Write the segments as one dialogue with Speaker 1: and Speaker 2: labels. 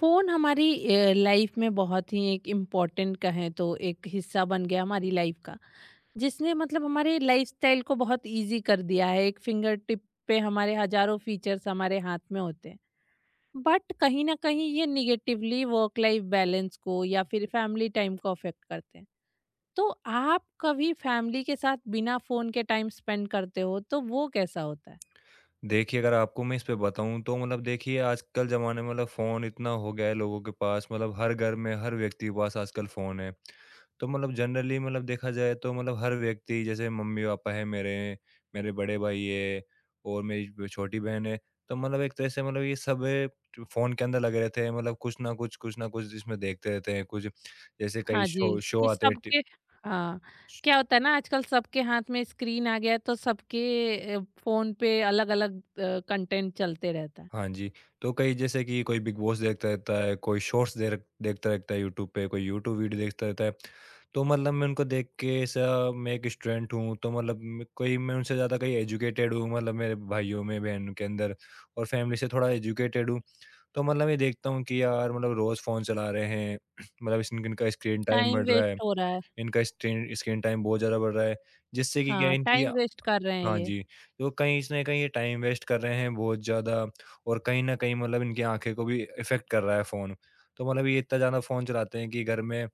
Speaker 1: Phone हमारी life में बहुत ही एक इम्पोर्टेंट कहें तो एक हिस्सा बन गया हमारी लाइफ का। जिसने मतलब हमारे लाइफस्टाइल को बहुत इजी कर दिया है। एक फिंगर टिप पे हमारे हजारों फीचर्स हमारे हाथ में होते हैं। बट कहीं ना कहीं ये निगेटिवली वर्क लाइफ बैलेंस को या फिर फैमिली टाइम को अफेक्ट करते हैं। तो आप कभी फैमिली के साथ बिना फ़ोन के टाइम स्पेंड करते हो तो वो कैसा होता है?
Speaker 2: देखिए, अगर आपको मैं इस पे बताऊँ तो मतलब देखिए, आजकल ज़माने में मतलब फ़ोन इतना हो गया है लोगों के पास, मतलब हर घर में हर व्यक्ति के पास आजकल फ़ोन है। तो मतलब जनरली, मतलब देखा जाए तो मतलब हर व्यक्ति, जैसे मम्मी-पापा हैं मेरे, मेरे बड़े भाई है और मेरी जो छोटी बहन है। तो मतलब एक तरह से, मतलब ये सब फ़ोन के अंदर लगे रहते हैं, मतलब कुछ ना कुछ इसमें देखते रहते हैं। कुछ जैसे कई
Speaker 1: हाँ जी,
Speaker 2: शो शो
Speaker 1: कि
Speaker 2: आते हैं टी।
Speaker 1: सबके। हाँ, क्या होता है ना, आजकल सबके हाथ में स्क्रीन आ गया है, तो सबके फ़ोन पे अलग-अलग कंटेंट चलते रहता है।
Speaker 2: हाँ जी। तो कई, जैसे कि कोई बिग बॉस देखता रहता है, कोई शॉर्ट्स दे रख देखता रहता है यूट्यूब पे, कोई यूट्यूब वीडियो देखता रहता है। तो मतलब मैं उनको देख के ऐसा, मैं एक स्टूडेंट हूँ, तो मतलब म कोई मैं उनसे ज़्यादा कहीं एजुकेटेड हूँ, मतलब मेरे भाइयों में, बहनों के अंदर और फैमिली से थोड़ा एजुकेटेड हूँ। तो मतलब मैं देखता हूँ कि यार मतलब रोज़ फ़ोन चला रहे हैं, मतलब इस इनका स्क्रीन टाइम
Speaker 1: टाइम
Speaker 2: बढ़ रहा है,
Speaker 1: वेस्ट हो रहा है।
Speaker 2: इनका स्क्रीन स्क्रीन टाइम बहुत ज़्यादा बढ़ रहा है, जिससे कि क्या
Speaker 1: हाँ,
Speaker 2: है इनकी।
Speaker 1: टाइम वेस्ट कर रहे हैं
Speaker 2: हाँ
Speaker 1: ये।
Speaker 2: जी। तो कहीं इसने, कहीं ये टाइम वेस्ट कर रहे हैं बहुत ज़्यादा और कहीं न कहीं मतलब इनकी आँखें को भी इफ़ेक्ट कर रहा है फ़ोन। तो मतलब ये इतना ज़्यादा फ़ोन चलाते हैं कि घर में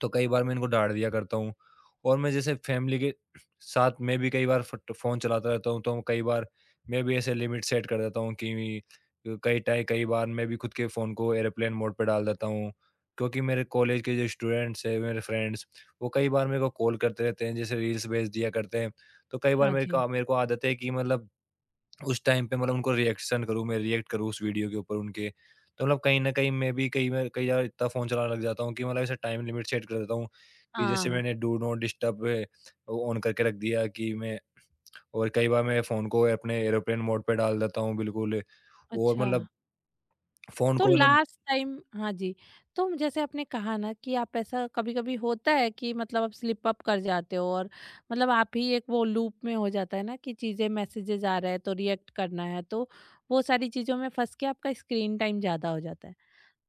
Speaker 2: तो कई बार मैं इनको डाँट दिया करता हूँ। और मैं जैसे फैमिली के साथ मैं भी कई बार फट फ़ोन चलाता रहता हूँ, तो कई बार मैं भी ऐसे लिमिट सेट कर देता हूँ कि कई बार मैं भी खुद के फ़ोन को एयरप्लेन मोड पे डाल देता हूँ। क्योंकि मेरे कॉलेज के जो स्टूडेंट्स हैं, मेरे फ्रेंड्स, वो कई बार मेरे को कॉल करते रहते हैं, जैसे रील्स भेज दिया करते हैं। तो कई बार
Speaker 1: हाँ
Speaker 2: मेरे
Speaker 1: जी।
Speaker 2: को मेरे को आदत है कि मतलब उस टाइम पे मतलब उनको रिएक्शन करूँ, मैं रिएक्ट करूँ उस वीडियो के ऊपर उनके। तो मतलब कहीं न कहीं मैं भी कई बार इतना फ़ोन चलाने लग जाता हूँ कि मतलब ऐसे टाइम लिमिट सेट कर देता हूँ कि जैसे
Speaker 1: हाँ,
Speaker 2: मैंने डू नॉट डिस्टर्ब ऑन करके रख दिया कि मैं, और कई बार मैं फ़ोन को अपने एयरप्लेन मोड पे डाल देता हूँ बिल्कुल। और
Speaker 1: अच्छा।
Speaker 2: मतलब फ़ोन
Speaker 1: तो
Speaker 2: को मतलब
Speaker 1: लास्ट टाइम, हाँ जी, तो जैसे आपने कहा ना कि आप, ऐसा कभी-कभी होता है कि मतलब आप स्लिप अप कर जाते हो और मतलब आप ही एक, वो लूप में हो जाता है ना कि चीज़ें मैसेजेज़ आ रहा है तो रिएक्ट करना है, तो वो सारी चीज़ों में फँस के आपका स्क्रीन टाइम ज़्यादा हो जाता है।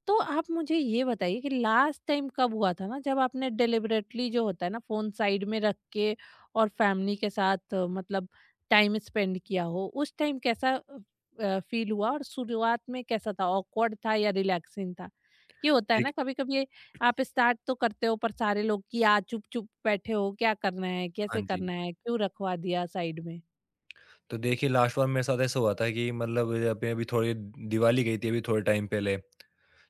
Speaker 1: तो आप मुझे ये बताइए कि लास्ट टाइम कब हुआ था ना जब आपने डिलिबरेटली, जो होता है ना, फोन साइड में रख के और फैमिली के साथ मतलब टाइम स्पेंड किया हो, उस टाइम कैसा फील हुआ और शुरुआत में कैसा था, ऑकवर्ड था या रिलैक्सिंग था? कि होता है
Speaker 2: एक
Speaker 1: ना, कभी कभी आप स्टार्ट तो करते हो, पर सारे लोग कि आ, चुप चुप बैठे हो, क्या करना है, कैसे
Speaker 2: हाँ जी।
Speaker 1: करना है, क्यों रखवा दिया साइड में।
Speaker 2: तो देखिए, लास्ट बार मेरे साथ ऐसा हुआ था कि मतलब अभी अभी थोड़ी दिवाली गई थी, अभी थोड़े टाइम पहले।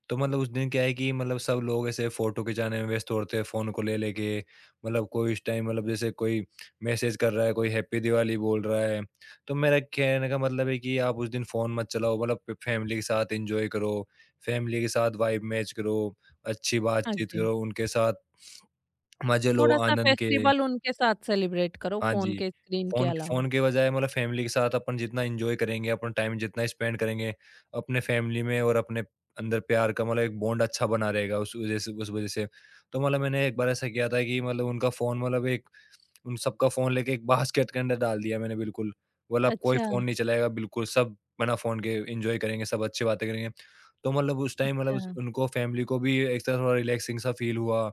Speaker 2: तो मतलब उस दिन क्या है कि मतलब सब लोग ऐसे फ़ोटो खिंचाने में व्यस्त होते हैं फ़ोन को ले लेके। मतलब कोई इस टाइम, मतलब जैसे कोई मैसेज कर रहा है, कोई हैप्पी दिवाली बोल रहा है। तो मेरा कहने का मतलब है कि आप उस दिन फ़ोन मत चलाओ, मतलब प फैमिली के साथ एन्जॉय करो, फैमिली के साथ वाइब मैच करो, अच्छी
Speaker 1: हाँ
Speaker 2: बातचीत
Speaker 1: जी।
Speaker 2: करो, उनके साथ मज़े लो
Speaker 1: थोड़ा सा
Speaker 2: आनंद के।
Speaker 1: फेस्टिवल उनके साथ सेलिब्रेट करो
Speaker 2: हाँ
Speaker 1: फोन
Speaker 2: जी।
Speaker 1: के स्क्रीन के
Speaker 2: फ़ोन
Speaker 1: अलावा।
Speaker 2: फ़ोन के बजाय मतलब फैमिली के साथ अपन जितना एन्जॉय करेंगे, अपन टाइम जितना स्पेंड करेंगे, अपने फैमिली में और अपने अंदर प्यार का मतलब एक बॉन्ड अच्छा बना रहेगा उस वज़ह से। तो मतलब मैंने एक बार ऐसा किया था कि मतलब उनका फ़ोन, मतलब एक उन सबका फ़ोन लेके एक बास्केट के अंदर डाल दिया मैंने, बिल्कुल। बोला, "अब कोई
Speaker 1: अच्छा।
Speaker 2: फ़ोन नहीं चलाएगा बिल्कुल, सब बिना फ़ोन के एन्जॉय करेंगे, सब अच्छी बातें करेंगे।" तो मतलब उस टाइम मतलब उस
Speaker 1: अच्छा।
Speaker 2: उनको फ़ैमिली को भी एक तरह थोड़ा रिलैक्सिंग सा फ़ील हुआ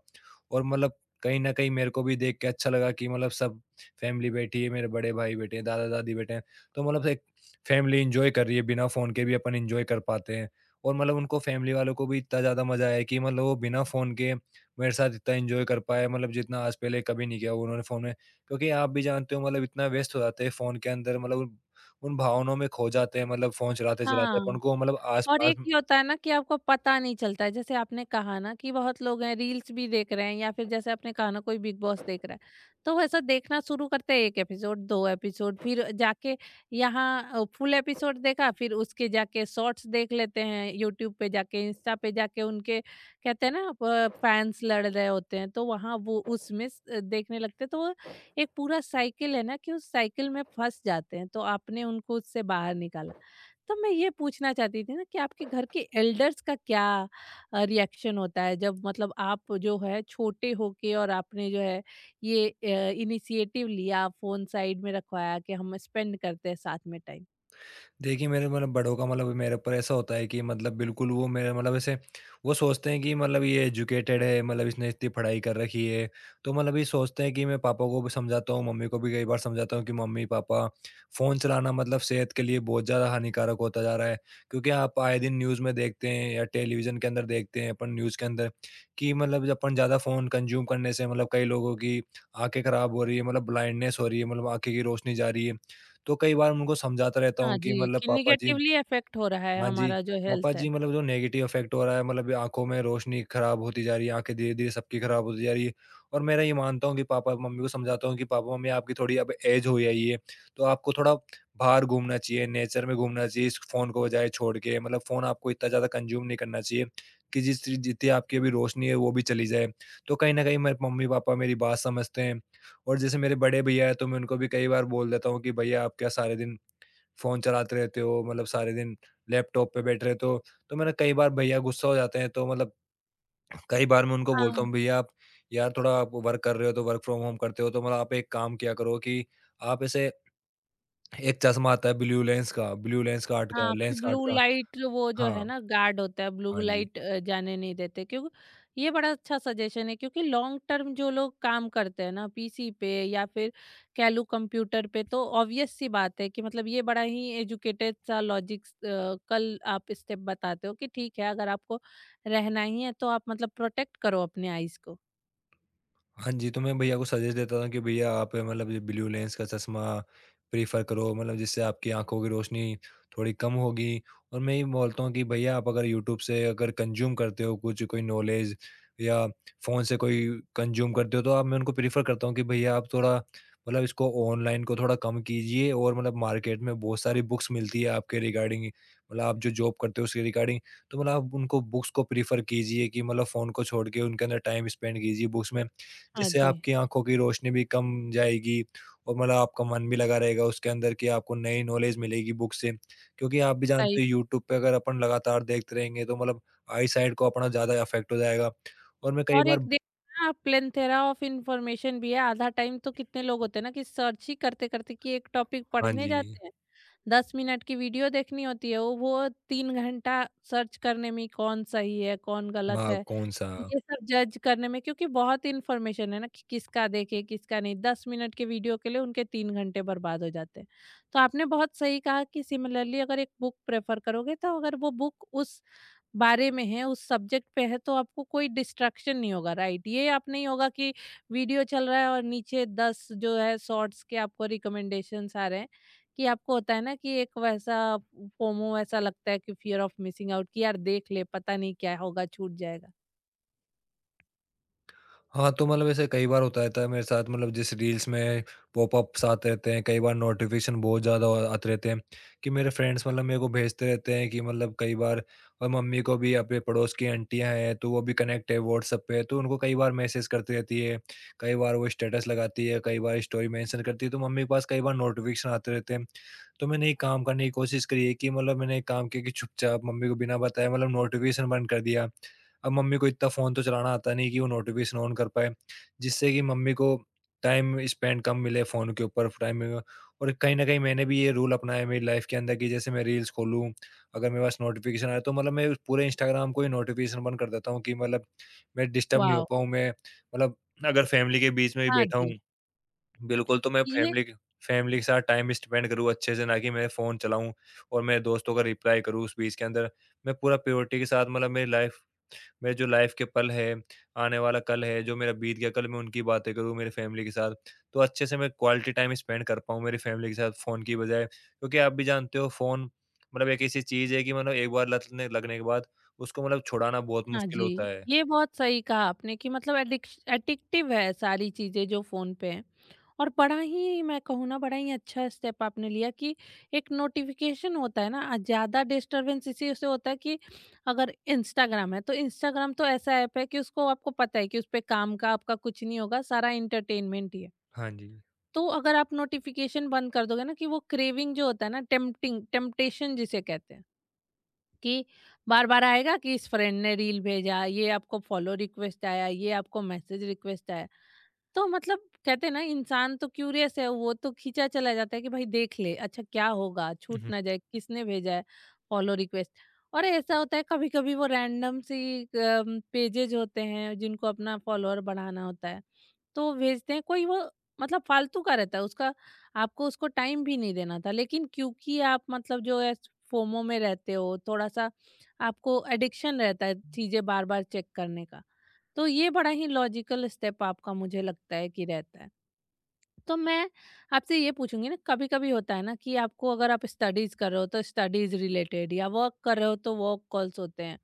Speaker 2: और मतलब कहीं न कहीं मेरे को भी देख के अच्छा लगा कि मतलब सब फ़ैमिली बैठी है, मेरे बड़े भाई बैठे हैं, दादा-दादी बैठे हैं। तो मतलब एक फ़ैमिली एन्जॉय कर रही है, बिना फ़ोन के भी अपन एन्जॉय कर पाते हैं। और मतलब उनको फ़ैमिली वालों को भी इतना ज़्यादा मज़ा आया कि मतलब वो बिना फ़ोन के मेरे साथ इतना एन्जॉय कर पाए, मतलब जितना आज पहले कभी नहीं किया उन्होंने फ़ोन में। क्योंकि आप भी जानते हो, मतलब इतना व्यस्त हो जाते हैं फ़ोन के अंदर, मतलब उन उन भावनाओं में खो जाते हैं, मतलब फ़ोन चलाते-चलाते
Speaker 1: हाँ,
Speaker 2: अपन को मतलब
Speaker 1: और
Speaker 2: आस-पास।
Speaker 1: एक ये होता है ना कि आपको पता नहीं चलता है। जैसे आपने कहा ना कि बहुत लोग हैं, रील्स भी देख रहे हैं या फिर जैसे आपने कहा ना, कोई बिग बॉस देख रहा है तो वैसा देखना शुरू करते हैं, एक एपिसोड, दो एपिसोड, फिर जाके यहाँ फुल एपिसोड देखा, फिर उसके जाके शॉर्ट्स देख लेते हैं यूट्यूब पे जाके, इंस्टा पे जाके, उनके कहते हैं ना फैंस लड़ रहे होते हैं, तो वहाँ वो उसमें देखने लगते हैं। तो वो एक पूरा साइकिल है ना कि उस साइकिल में फंस जाते हैं, तो आपने उनको उससे बाहर निकाला। तो मैं ये पूछना चाहती थी ना कि आपके घर के एल्डर्स का क्या रिएक्शन होता है जब मतलब आप जो है छोटे होके और आपने जो है ये इनिशिएटिव लिया, फोन साइड में रखवाया कि हम स्पेंड करते हैं साथ में टाइम।
Speaker 2: देखिए, मेरे मतलब बड़ों का मतलब मेरे ऊपर ऐसा होता है कि मतलब बिल्कुल वो मेरे मतलब ऐसे वो सोचते हैं कि मतलब ये एजुकेटेड है, मतलब इसने इतनी पढ़ाई कर रखी है। तो मतलब ये सोचते हैं कि मैं पापा को भी समझाता हूँ, मम्मी को भी कई बार समझाता हूँ कि मम्मी पापा, फ़ोन चलाना मतलब सेहत के लिए बहुत ज़्यादा हानिकारक होता जा रहा है। क्योंकि आप आए दिन न्यूज़ में देखते हैं या टेलीविज़न के अंदर देखते हैं अपन न्यूज़ के अंदर कि मतलब जब अपन ज़्यादा फ़ोन कंज्यूम करने से मतलब कई लोगों की आंखें ख़राब हो रही है, मतलब ब्लाइंडनेस हो रही है, मतलब आंखें की रोशनी जा रही है। तो कई बार मैं उनको समझाता रहता हूँ
Speaker 1: हाँ
Speaker 2: कि
Speaker 1: जी,
Speaker 2: मतलब
Speaker 1: कि
Speaker 2: पापा जी।
Speaker 1: निगेटिवली इफेक्ट हो रहा है
Speaker 2: हाँ जी।
Speaker 1: हमारा जो
Speaker 2: पापा
Speaker 1: हेल्थ
Speaker 2: जी
Speaker 1: है।
Speaker 2: मतलब जो नेगेटिव इफ़ेक्ट हो रहा है, मतलब ये आँखों में रोशनी ख़राब होती जा रही है, आँखें धीरे-धीरे सबकी ख़राब होती जा रही है। और मेरा ये मानता हूँ कि पापा-मम्मी को समझाता हूँ कि पापा-मम्मी आपकी थोड़ी अब ऐज हो आई है, तो आपको थोड़ा बाहर घूमना चाहिए, नेचर में घूमना चाहिए इस फ़ोन को बजाय छोड़ के। मतलब फ़ोन आपको इतना ज़्यादा कंज़्यूम नहीं करना चाहिए कि जिस चीज़ जितनी आपकी अभी रोशनी है वो भी चली जाए। तो कहीं न कहीं मेरे मम्मी-पापा मेरी बात समझते हैं। और जैसे मेरे बड़े भैया हैं तो मैं उनको भी कई बार बोल देता हूँ कि भैया आप क्या सारे दिन फ़ोन चलाते रहते हो, मतलब सारे दिन लैपटॉप पे बैठे रहते हो। तो मैंने कई बार, भैया गुस्सा हो जाते हैं, तो मतलब कई बार मैं उनको बोलता हूँ, "भैया आप यार थोड़ा आप वर्क कर रहे हो, तो वर्क फ्रॉम होम करते हो, तो मतलब आप एक काम किया करो कि आप ऐसे"। एक चश्मा आता है ब्लू लेंस कार्ड का
Speaker 1: हाँ, कि
Speaker 2: लेंस कार्ड
Speaker 1: ब्लू
Speaker 2: का
Speaker 1: लाइट, वो जो है
Speaker 2: हाँ,
Speaker 1: ना गार्ड होता है, ब्लू
Speaker 2: हाँ जी।
Speaker 1: लाइट जाने नहीं देते, क्योंकि ये बड़ा अच्छा सजेशन है। क्योंकि लॉन्ग टर्म जो लोग काम करते हैं ना पीसी पे या फिर कह लूँ कंप्यूटर पे, तो ऑब्वियस सी बात है कि मतलब ये बड़ा ही एजुकेटेड सा लॉजिक कल आप स्टेप बताते हो कि ठीक है, अगर आपको रहना ही है तो आप मतलब प्रोटेक्ट करो अपने आईज को।
Speaker 2: हाँ जी, तो मैं भैया को सजेस्ट देता था कि भैया आप मतलब ये ब्लू लेंस का चश्मा प्रेफ़र करो, मतलब जिससे आपकी आँखों की रोशनी थोड़ी कम होगी। और मैं ये बोलता हूँ कि भैया आप अगर यूट्यूब से अगर कंज़्यूम करते हो कुछ कोई नॉलेज या फ़ोन से कोई कंज़्यूम करते हो, तो आप, मैं उनको प्रेफ़र करता हूँ कि भैया आप थोड़ा मतलब इसको, ऑनलाइन को थोड़ा कम कीजिए और मतलब मार्केट में बहुत सारी बुक्स मिलती है आपके रिगार्डिंग, मतलब आप जो जॉब करते हो उसके रिगार्डिंग। तो मतलब आप उनको बुक्स को प्रेफ़र कीजिए कि मतलब फ़ोन को छोड़ के उनके अंदर टाइम स्पेंड कीजिए बुक्स में,
Speaker 1: हाँ
Speaker 2: जिससे
Speaker 1: जी।
Speaker 2: आपकी आँखों की रोशनी भी कम जाएगी और मतलब आपका मन भी लगा रहेगा उसके अंदर कि आपको नई नॉलेज मिलेगी बुक से। क्योंकि आप भी
Speaker 1: सही।
Speaker 2: जानते हो यूट्यूब पे अगर अपन लगातार देखते रहेंगे तो मतलब आई साइट को अपना ज़्यादा अफ़ेक्ट हो जाएगा और मैं कई
Speaker 1: और एक
Speaker 2: बार।
Speaker 1: देखिए ना, प्लेनथेरा ऑफ इन्फॉर्मेशन भी है, आधा टाइम तो कितने लोग होते हैं ना कि सर्च ही करते-करते कि एक टॉपिक
Speaker 2: हाँ
Speaker 1: पढ़ने
Speaker 2: जी।
Speaker 1: जाते हैं, 10 मिनट की वीडियो देखनी होती है, वो 3 घंटा सर्च करने में ही, कौन सही है, कौन गलत
Speaker 2: हाँ,
Speaker 1: है,
Speaker 2: कौन-सा?
Speaker 1: ये सब जज करने में, क्योंकि बहुत इन्फॉर्मेशन है ना कि किसका देखें, किसका नहीं, 10 मिनट के वीडियो के लिए उनके 3 घंटे बर्बाद हो जाते हैं। तो आपने बहुत सही कहा कि सिमिलरली अगर एक बुक प्रेफ़र करोगे, तो अगर वो बुक उस बारे में है, उस सब्जेक्ट पे है, तो आपको कोई डिस्ट्रैक्शन नहीं होगा, राइट? ये आप नहीं होगा कि वीडियो चल रहा है और नीचे 10 जो है शॉर्ट्स के आपको रिकमेंडेशंस आ रहे हैं, कि आपको होता है ना कि एक वैसा फोमो, ऐसा लगता है कि फ़ियर ऑफ मिसिंग आउट, कि यार देख ले, पता नहीं क्या होगा, छूट जाएगा।
Speaker 2: हाँ, तो मतलब ऐसे कई बार होता रहता है मेरे साथ, मतलब जिस रील्स में पॉपअप्स आते रहते हैं, कई बार नोटिफ़िकेशन बहुत ज़्यादा आते रहते हैं कि मेरे फ्रेंड्स मतलब मेरे को भेजते रहते हैं कि मतलब कई बार। और मम्मी को भी अपने पड़ोस की आंटियाँ हैं, तो वो भी कनेक्ट है व्हाट्सएप पे, तो उनको कई बार मैसेज करती रहती है। कई बार वो स्टेटस लगाती है, कई बार स्टोरी मेंशन करती है, तो मम्मी के पास कई बार नोटिफ़िकेशन आते रहते हैं। तो मैंने एक काम करने की कोशिश करी है कि मतलब मैंने एक काम किया कि चुपचाप मम्मी को बिना बताए मतलब नोटिफ़िकेशन बंद कर दिया। अब मम्मी को इतना फ़ोन तो चलाना आता नहीं कि वो नोटिफ़िकेशन ऑन कर पाए, जिससे कि मम्मी को टाइम स्पेंड कम मिले फ़ोन के ऊपर टाइम। और कहीं न कहीं मैंने भी ये रूल अपनाया है मेरी लाइफ़ के अंदर कि जैसे मैं रील्स खोलूँ, अगर मेरे पास नोटिफ़िकेशन आया तो मतलब मैं उस पूरे इंस्टाग्राम को ही नोटिफ़िकेशन बंद कर देता हूँ कि मतलब मैं डिस्टर्ब नहीं हो
Speaker 1: वाओ!
Speaker 2: पाऊँ, मैं मतलब अगर फ़ैमिली के बीच में भी
Speaker 1: हाँ
Speaker 2: बैठा हूँ
Speaker 1: जी,
Speaker 2: बिल्कुल, तो मैं
Speaker 1: ये
Speaker 2: फ़ैमिली के साथ टाइम स्पेंड करूँ अच्छे से, ना कि मैं फ़ोन चलाऊँ और मेरे दोस्तों का रिप्लाई करूँ उस बीच के अंदर। मैं पूरा प्रायोरिटी के साथ मतलब मेरी लाइफ़, मेरे जो लाइफ के पल है, आने वाला कल है, जो मेरा बीत गया कल, मैं उनकी बातें करूँ मेरी फैमिली के साथ। तो अच्छे से मैं क्वालिटी टाइम स्पेंड कर पाऊँ मेरी फैमिली के साथ फ़ोन की बजाय। क्योंकि आप भी जानते हो फ़ोन मतलब एक ऐसी चीज़ है कि मतलब एक बार लत ने लगने के बाद उसको मतलब छुड़ाना बहुत
Speaker 1: हाँ
Speaker 2: मुश्किल होता
Speaker 1: जी,
Speaker 2: है।
Speaker 1: ये बहुत सही कहा आपने कि मतलब एडिक्श एडिक्टिव है सारी चीज़ें जो फ़ोन पे हैं। और बड़ा ही, मैं कहूँ ना, बड़ा ही अच्छा स्टेप आपने लिया कि एक नोटिफिकेशन होता है ना, ज़्यादा डिस्टरबेंस इसी से होता है कि अगर इंस्टाग्राम है, तो इंस्टाग्राम तो ऐसा ऐप है कि उसको आपको पता है कि उस पर काम का आपका कुछ नहीं होगा, सारा इंटरटेनमेंट ही है।
Speaker 2: हाँ जी।
Speaker 1: तो अगर आप नोटिफिकेशन बंद कर दोगे ना, कि वो क्रेविंग जो होता है ना, टेम्पटिंग टेम्पटेशन जिसे कहते हैं कि बार बार आएगा कि इस फ्रेंड ने रील भेजा, ये आपको फॉलो रिक्वेस्ट आया, ये आपको मैसेज रिक्वेस्ट आया, तो मतलब कहते हैं ना, इंसान तो क्यूरियस है, वो तो खींचा चला जाता है कि भाई देख ले अच्छा, क्या होगा, छूट ना जाए, किसने भेजा है फॉलो रिक्वेस्ट। और ऐसा होता है कभी कभी, वो रैंडम सी पेजेज होते हैं जिनको अपना फॉलोअर बढ़ाना होता है, तो भेजते हैं कोई वो, मतलब फालतू का रहता है उसका, आपको उसको टाइम भी नहीं देना था, लेकिन क्योंकि आप मतलब जो है फोमो में रहते हो थोड़ा सा, आपको एडिक्शन रहता है चीजें बार बार चेक करने का। तो ये बड़ा ही लॉजिकल स्टेप आपका मुझे लगता है कि रहता है। तो मैं आपसे ये पूछूंगी ना, कभी-कभी होता है ना कि आपको, अगर आप स्टडीज कर रहे हो तो स्टडीज रिलेटेड, या वर्क कर रहे हो तो वर्क कॉल्स होते हैं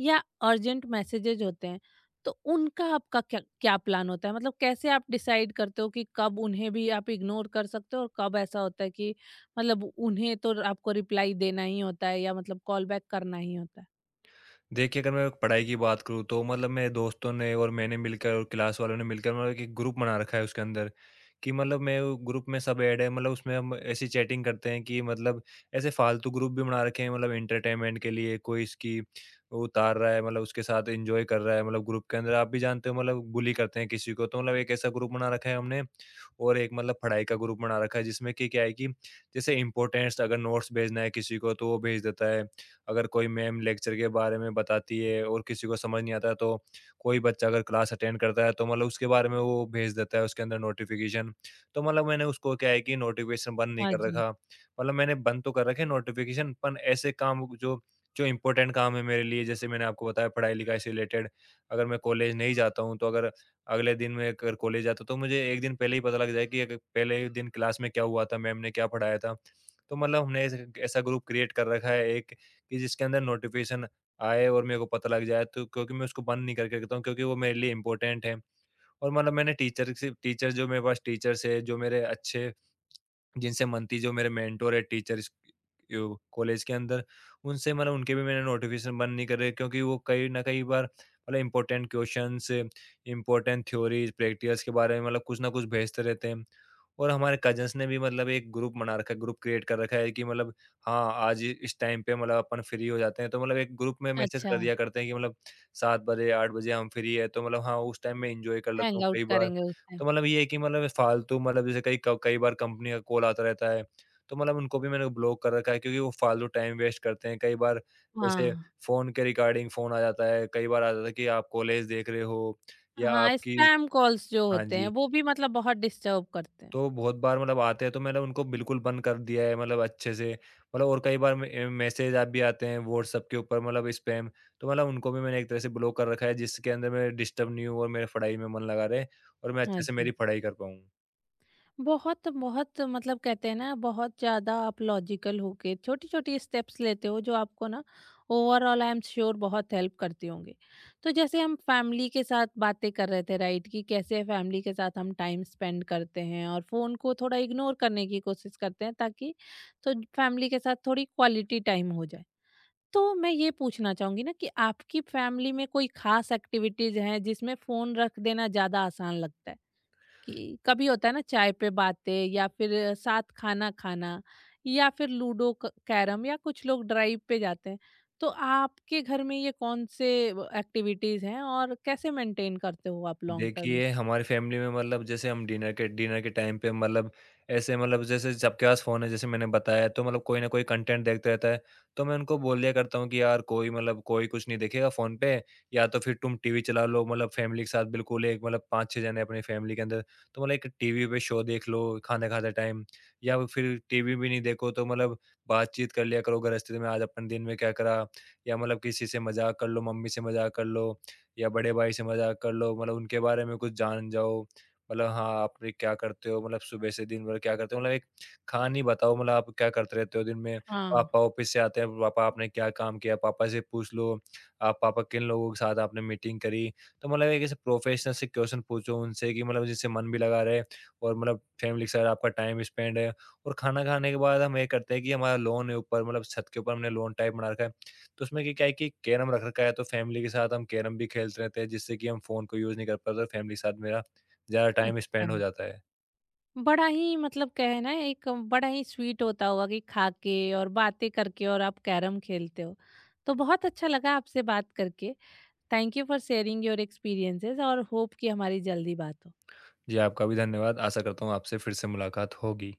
Speaker 1: या अर्जेंट मैसेजेज होते हैं। तो उनका आपका क्या क्या प्लान होता है? मतलब कैसे आप डिसाइड करते हो कि कब उन्हें भी आप इग्नोर कर सकते हो और कब ऐसा होता है कि मतलब उन्हें तो आपको रिप्लाई देना ही होता है या मतलब कॉल बैक करना ही होता है?
Speaker 2: देखिए, अगर मैं पढ़ाई की बात करूँ तो मतलब मेरे दोस्तों ने और मैंने मिलकर और क्लास वालों ने मिलकर मतलब एक ग्रुप बना रखा है उसके अंदर कि मतलब मैं वो ग्रुप में सब ऐड है उसमें हम ऐसी चैटिंग करते हैं कि मतलब ऐसे फालतू ग्रुप भी बना रखे हैं। एंटरटेनमेंट के लिए कोई इसकी उतार रहा है, उसके साथ एंजॉय कर रहा है। ग्रुप के अंदर आप भी जानते हो, बुली करते हैं किसी को, तो एक ऐसा ग्रुप बना रखा है हमने। और एक पढ़ाई का ग्रुप बना रखा है, जिसमें कि क्या है कि जैसे इम्पोर्टेंट्स अगर नोट्स भेजना है किसी को तो वो भेज देता है। अगर कोई मैम लेक्चर के बारे में बताती है और किसी को समझ नहीं आता, तो कोई बच्चा अगर क्लास अटेंड करता है तो उसके बारे में वो भेज देता है उसके अंदर नोटिफिकेशन। तो मैंने उसको क्या है कि नोटिफिकेशन बंद नहीं
Speaker 1: हाँ
Speaker 2: कर
Speaker 1: जी।
Speaker 2: रखा। मैंने बंद तो कर रखे नोटिफिकेशन, पर ऐसे काम जो जो इम्पोर्टेंट काम है मेरे लिए, जैसे मैंने आपको बताया पढ़ाई लिखाई से रिलेटेड। अगर मैं कॉलेज नहीं जाता हूँ तो अगर अगले दिन मैं अगर कॉलेज जाता तो मुझे 1 दिन पहले ही पता लग जाए कि अग पहले दिन क्लास में क्या हुआ था, मैम ने क्या पढ़ाया था। तो हमने ऐसे ऐसा ग्रुप क्रिएट कर रखा है एक, कि जिसके अंदर नोटिफ़िकेशन आए और मेरे को पता लग जाए, तो क्योंकि मैं उसको बंद नहीं करके रखता हूँ, क्योंकि वो मेरे लिए इम्पोर्टेंट है। और मैंने टीचर जो मेरे पास टीचर्स हैं, जो मेरे अच्छे जिनसे मनती, जो मेरे मेंटर है टीचर, यो कॉलेज के अंदर, उनसे उनके भी मैंने नोटिफिकेशन बंद नहीं करे, क्योंकि वो कई ना कई बार important questions, important theories, practicals के बारे में कुछ ना कुछ भेजते रहते हैं। और हमारे कज़न्स ने भी एक ग्रुप बना रखा है, ग्रुप क्रिएट कर रखा है कि हाँ, आज इस टाइम पे अपन फ्री हो जाते हैं, तो एक ग्रुप में मैसेज
Speaker 1: अच्छा,
Speaker 2: कर दिया करते हैं कि 7 बजे, 8 बजे हम फ्री है, तो हाँ, उस टाइम मैं एन्जॉय कर लेता
Speaker 1: हैंग
Speaker 2: हूँ
Speaker 1: आउट
Speaker 2: कई बार।
Speaker 1: करेंगे उस टाइम।
Speaker 2: तो ये है कि फालतू, जैसे कई क कई बार कंपनी का कॉल आता रहता है, तो उनको भी मैंने ब्लॉक कर रखा है क्योंकि वो फालतू टाइम वेस्ट करते हैं। कई बार जैसे
Speaker 1: हाँ।
Speaker 2: फ़ोन के रिगार्डिंग फ़ोन आ जाता है, कई बार आ जाता है कि आप कॉलेज देख रहे हो या
Speaker 1: हाँ,
Speaker 2: आपकी।
Speaker 1: स्पैम कॉल्स जो
Speaker 2: हाँ
Speaker 1: होते हैं
Speaker 2: जी।
Speaker 1: वो भी मतलब बहुत डिस्टर्ब करते हैं।
Speaker 2: तो बहुत बार आते हैं, तो मैंने उनको बिल्कुल बंद कर दिया है अच्छे से। और कई बार मे मैसेज ऐप भी आते हैं व्हाट्सएप के ऊपर, स्पैम। तो उनको भी मैंने एक तरह से ब्लॉक कर रखा है, जिसके अंदर मैं डिस्टर्ब नहीं हूँ और मेरे पढ़ाई में मन लगा रहे और मैं
Speaker 1: हाँ
Speaker 2: अच्छे से मेरी
Speaker 1: जी।
Speaker 2: पढ़ाई कर पाऊँ।
Speaker 1: बहुत बहुत, मतलब कहते हैं ना, बहुत ज़्यादा आप लॉजिकल होके छोटी-छोटी स्टेप्स लेते हो, जो आपको ना ओवरऑल आई एम श्योर बहुत हेल्प करती होंगी। तो जैसे हम फैमिली के साथ बातें कर रहे थे राइट, कि कैसे फैमिली के साथ हम टाइम स्पेंड करते हैं और फ़ोन को थोड़ा इग्नोर करने की कोशिश करते हैं, ताकि तो फैमिली के साथ थोड़ी क्वालिटी टाइम हो जाए। तो मैं ये पूछना चाहूंगी ना, कि आपकी फैमिली में कोई खास एक्टिविटीज हैं जिसमें फोन रख देना ज्यादा आसान लगता है? कि कभी होता है ना चाय पे बातें, या फिर साथ खाना खाना, या फिर लूडो, कैरम, या कुछ लोग ड्राइव पे जाते हैं, तो आपके घर में ये कौन से एक्टिविटीज हैं और कैसे मेंटेन करते हो आप लॉन्ग टर्म में?
Speaker 2: देखिए, हमारी फैमिली में जैसे हम डिनर के टाइम पे ऐसे, जैसे सबके पास फ़ोन है, जैसे मैंने बताया, तो कोई ना कोई कंटेंट देखता रहता है। तो मैं उनको बोल दिया करता हूँ कि यार कोई कोई कुछ नहीं देखेगा फ़ोन पे। या तो फिर तुम टीवी चला लो, फैमिली के साथ बिल्कुल, एक 5-6 जने अपनी फैमिली के अंदर, तो एक टीवी पे शो देख लो खाना खाते टाइम। या फिर टीवी भी नहीं देखो तो बातचीत कर लिया करो, गृहस्थी में आज अपन दिन में क्या करा, या किसी से मज़ाक कर लो, मम्मी से मज़ाक कर लो, या बड़े भाई से मज़ाक कर लो, उनके बारे में कुछ जान जाओ। हाँ, आप ये क्या करते हो? सुबह से दिन भर क्या करते हो? एक कहानी बताओ, आप क्या करते रहते हो दिन में?
Speaker 1: हाँ।
Speaker 2: पापा ऑफिस से आते हैं, पापा आपने क्या काम किया? पापा से पूछ लो, आप पापा किन लोगों के साथ आपने मीटिंग करी? तो एक ऐसे प्रोफेशनल से क्वेश्चन पूछो उनसे कि जिससे मन भी लगा रहे और फैमिली के साथ आपका टाइम स्पेंड है। और खाना खाने के बाद हम ये करते हैं कि हमारा लॉन है ऊपर, छत के ऊपर हमने लॉन टाइप बना रखा है। तो उसमें कि क्या है कि कैरम रख रखा है, तो फ़ैमिली के साथ हम कैरम भी खेलते रहते हैं, जिससे कि हम फ़ोन को यूज़ नहीं कर पाते और फ़ैमिली के साथ मेरा ज़्यादा टाइम
Speaker 1: अच्छा।
Speaker 2: स्पेंड हो जाता है।
Speaker 1: बड़ा ही, मतलब कहे ना, एक बड़ा ही स्वीट होता होगा कि खा के और बातें करके और आप कैरम खेलते हो। तो बहुत अच्छा लगा आपसे बात करके। Thank you for sharing your experiences, और होप कि हमारी जल्दी बात हो।
Speaker 2: जी, आपका भी धन्यवाद। आशा करता हूँ आपसे फिर से मुलाकात होगी।